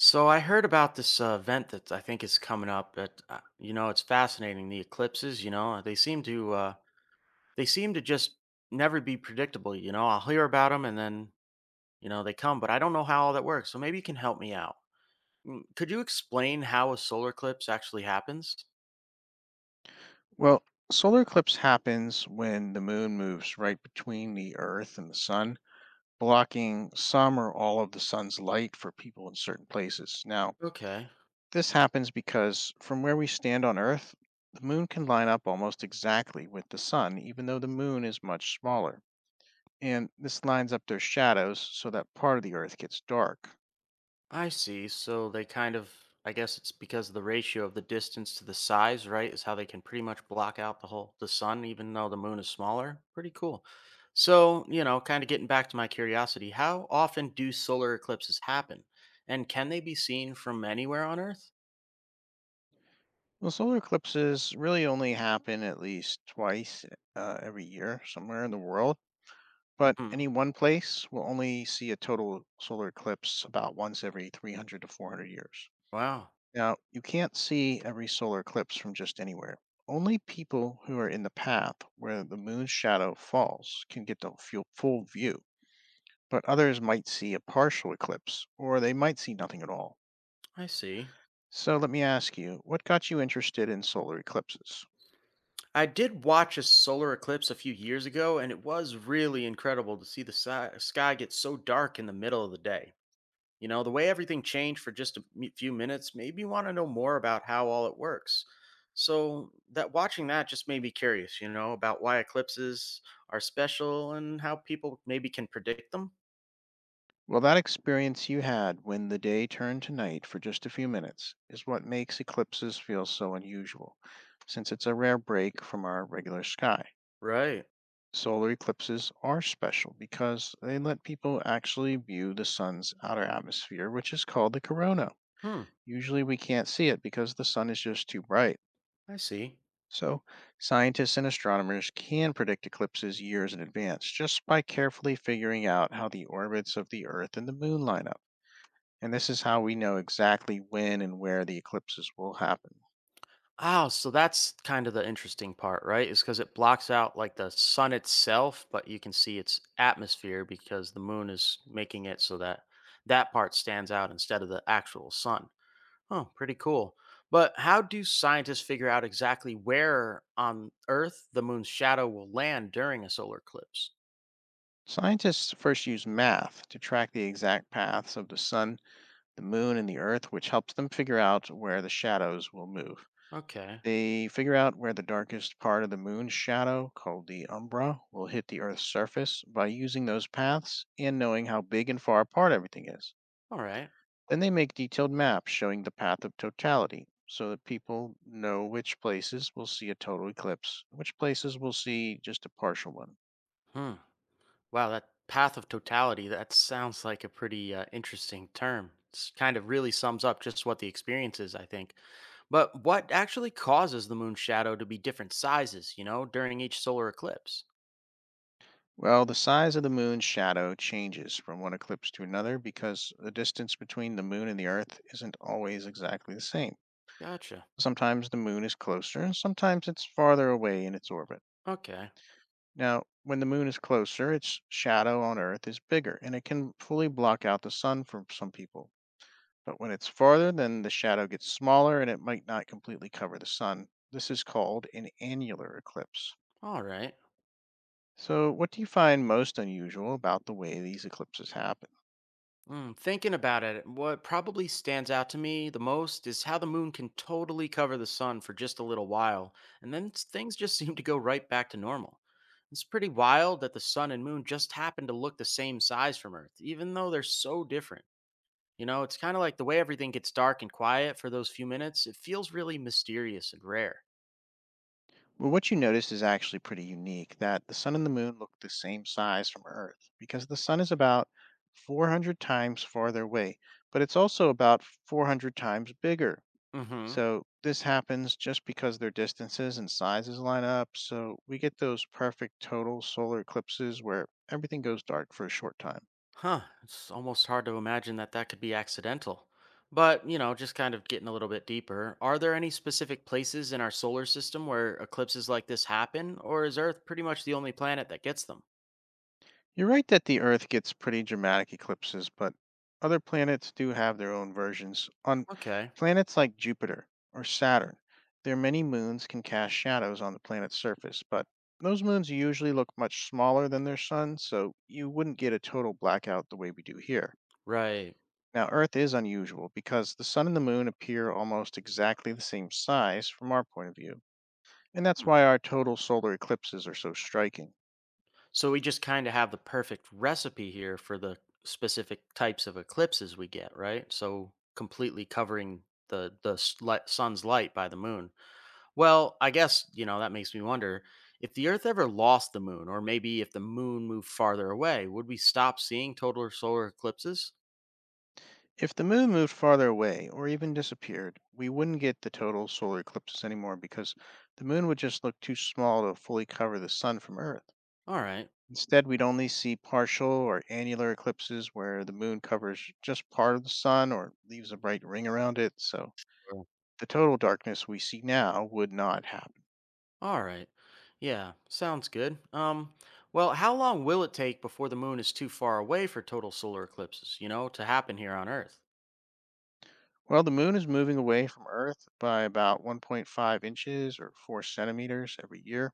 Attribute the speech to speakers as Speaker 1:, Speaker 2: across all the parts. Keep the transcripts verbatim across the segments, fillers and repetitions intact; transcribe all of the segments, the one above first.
Speaker 1: So I heard about this uh, event that I think is coming up. That uh, you know, it's fascinating. The eclipses, you know, they seem to uh, they seem to just never be predictable. You know, I'll hear about them, and then you know they come, but I don't know how all that works. So maybe you can help me out. Mm, could you explain how a solar eclipse actually happens?
Speaker 2: Well, solar eclipse happens when the moon moves right between the earth and the sun, blocking some or all of the sun's light for people in certain places. Now,
Speaker 1: Okay.
Speaker 2: this happens because from where we stand on earth, the moon can line up almost exactly with the sun, even though the moon is much smaller. And this lines up their shadows so that part of the earth gets dark.
Speaker 1: I see. So they kind of, I guess it's because of the ratio of the distance to the size, right? Is how they can pretty much block out the whole the sun, even though the moon is smaller. Pretty cool. So you know, kind of getting back to my curiosity, how often do solar eclipses happen, and can they be seen from anywhere on Earth?
Speaker 2: Well, solar eclipses really only happen at least twice uh, every year somewhere in the world, but
Speaker 1: Hmm.
Speaker 2: any one place will only see a total solar eclipse about once every three hundred to four hundred years.
Speaker 1: Wow.
Speaker 2: Now, you can't see every solar eclipse from just anywhere. Only people who are in the path where the moon's shadow falls can get the fu- full view, but others might see a partial eclipse or they might see nothing at all.
Speaker 1: I see.
Speaker 2: So let me ask you, what got you interested in solar eclipses?
Speaker 1: I did watch a solar eclipse a few years ago, and it was really incredible to see the si- sky get so dark in the middle of the day. You know, the way everything changed for just a m- few minutes made me want to know more about how all it works. So that watching that just made me curious, you know, about why eclipses are special and how people maybe can predict them.
Speaker 2: Well, that experience you had when the day turned to night for just a few minutes is what makes eclipses feel so unusual, since it's a rare break from our regular sky.
Speaker 1: Right.
Speaker 2: Solar eclipses are special because they let people actually view the sun's outer atmosphere, which is called the corona.
Speaker 1: Hmm.
Speaker 2: Usually we can't see it because the sun is just too bright.
Speaker 1: I see.
Speaker 2: So, scientists and astronomers can predict eclipses years in advance just by carefully figuring out how the orbits of the Earth and the Moon line up, and this is how we know exactly when and where the eclipses will happen.
Speaker 1: Oh, so that's kind of the interesting part, right? Is because it blocks out like the sun itself, but you can see its atmosphere because the moon is making it so that that part stands out instead of the actual sun. Oh, pretty cool. But how do scientists figure out exactly where on Earth the moon's shadow will land during a solar eclipse?
Speaker 2: Scientists first use math to track the exact paths of the sun, the moon, and the earth, which helps them figure out where the shadows will move.
Speaker 1: Okay.
Speaker 2: They figure out where the darkest part of the moon's shadow, called the umbra, will hit the earth's surface by using those paths and knowing how big and far apart everything is.
Speaker 1: All right.
Speaker 2: Then they make detailed maps showing the path of totality so that people know which places will see a total eclipse, which places will see just a partial one.
Speaker 1: Hmm. Wow, that path of totality, that sounds like a pretty uh, interesting term. It's kind of really sums up just what the experience is, I think. But what actually causes the moon's shadow to be different sizes, you know, during each solar eclipse?
Speaker 2: Well, the size of the moon's shadow changes from one eclipse to another because the distance between the moon and the earth isn't always exactly the same.
Speaker 1: Gotcha.
Speaker 2: Sometimes the moon is closer, and sometimes it's farther away in its orbit.
Speaker 1: Okay.
Speaker 2: Now, when the moon is closer, its shadow on earth is bigger and it can fully block out the sun for some people. But when it's farther, then the shadow gets smaller and it might not completely cover the sun. This is called an annular eclipse.
Speaker 1: All right.
Speaker 2: So, what do you find most unusual about the way these eclipses happen?
Speaker 1: Mm, thinking about it, what probably stands out to me the most is how the moon can totally cover the sun for just a little while, and then s- things just seem to go right back to normal. It's pretty wild that the sun and moon just happen to look the same size from Earth, even though they're so different. You know, it's kind of like the way everything gets dark and quiet for those few minutes, it feels really mysterious and rare.
Speaker 2: Well, what you notice is actually pretty unique, that the sun and the moon look the same size from Earth because the sun is about four hundred times farther away, but it's also about four hundred times bigger.
Speaker 1: Mm hmm.
Speaker 2: So this happens just because their distances and sizes line up, so we get those perfect total solar eclipses where everything goes dark for a short time.
Speaker 1: Huh, it's almost hard to imagine that that could be accidental. But, you know, just kind of getting a little bit deeper, are there any specific places in our solar system where eclipses like this happen, or is Earth pretty much the only planet that gets them?
Speaker 2: You're right that the Earth gets pretty dramatic eclipses, but other planets do have their own versions. On
Speaker 1: Okay,
Speaker 2: planets like Jupiter or Saturn, their many moons can cast shadows on the planet's surface, but those moons usually look much smaller than their sun, so you wouldn't get a total blackout the way we do here.
Speaker 1: right.
Speaker 2: Now, Earth is unusual because the sun and the moon appear almost exactly the same size from our point of view, and that's
Speaker 1: Hmm.
Speaker 2: why our total solar eclipses are so striking.
Speaker 1: So we just kind of have the perfect recipe here for the specific types of eclipses we get, right? So completely covering the the s- light- sun's light by the moon. Well, I guess, you know, that makes me wonder if the Earth ever lost the moon, or maybe if the moon moved farther away, would we stop seeing total solar eclipses?
Speaker 2: If the moon moved farther away or even disappeared, we wouldn't get the total solar eclipses anymore because the moon would just look too small to fully cover the sun from Earth.
Speaker 1: All right.
Speaker 2: Instead, we'd only see partial or annular eclipses where the moon covers just part of the sun or leaves a bright ring around it, so
Speaker 1: Sure.
Speaker 2: the total darkness we see now would not happen.
Speaker 1: All right. Yeah, sounds good. Um, well, how long will it take before the moon is too far away for total solar eclipses, you know, to happen here on Earth?
Speaker 2: Well, the moon is moving away from Earth by about one point five inches or four centimeters every year,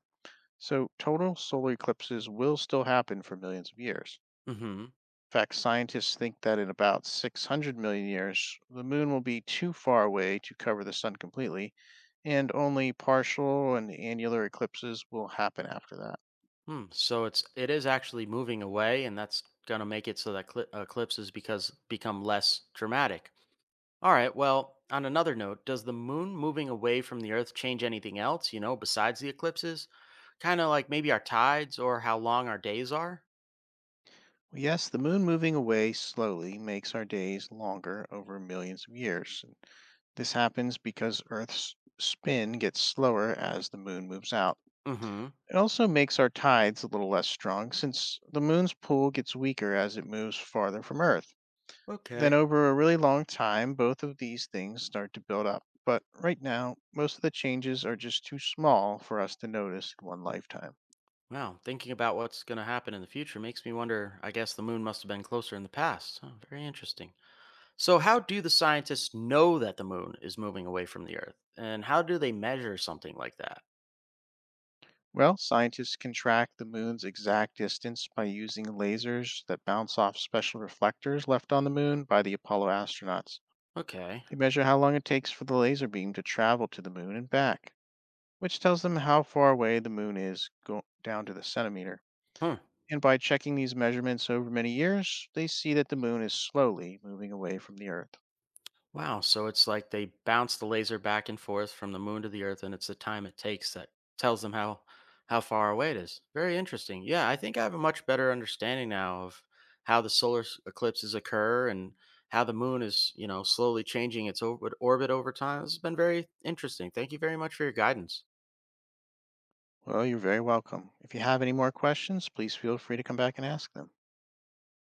Speaker 2: so total solar eclipses will still happen for millions of years.
Speaker 1: Mm-hmm.
Speaker 2: In fact, scientists think that in about six hundred million years, the moon will be too far away to cover the sun completely, and only partial and annular eclipses will happen after that.
Speaker 1: Hmm. So it's it is actually moving away, and that's gonna make it so that cli eclipses because become less dramatic. All right. Well, on another note, does the moon moving away from the Earth change anything else, you know, besides the eclipses? Kind of like maybe our tides or how long our days are?
Speaker 2: Well, yes, the moon moving away slowly makes our days longer over millions of years, and this happens because Earth's spin gets slower as the moon moves out.
Speaker 1: Mm hmm.
Speaker 2: It also makes our tides a little less strong since the moon's pull gets weaker as it moves farther from Earth. Then
Speaker 1: Okay.
Speaker 2: over a really long time, both of these things start to build up. But right now, most of the changes are just too small for us to notice in one lifetime.
Speaker 1: Wow. Thinking about what's going to happen in the future makes me wonder. I guess the moon must have been closer in the past. Huh, very interesting. So, how do the scientists know that the moon is moving away from the Earth? And how do they measure something like that?
Speaker 2: Well, scientists can track the moon's exact distance by using lasers that bounce off special reflectors left on the moon by the Apollo astronauts.
Speaker 1: Okay.
Speaker 2: They measure how long it takes for the laser beam to travel to the moon and back, which tells them how far away the moon is go- down to the centimeter,
Speaker 1: Hmm.
Speaker 2: and by checking these measurements over many years, they see that the moon is slowly moving away from the Earth.
Speaker 1: Wow, so it's like they bounce the laser back and forth from the moon to the earth, and it's the time it takes that tells them how how far away it is. Very interesting. Yeah, I think I have a much better understanding now of how the solar s- eclipses occur and how the moon is, you know, slowly changing its orbit, orbit over time. This has been very interesting. Thank you very much for your guidance.
Speaker 2: Well, you're very welcome. If you have any more questions, please feel free to come back and ask them.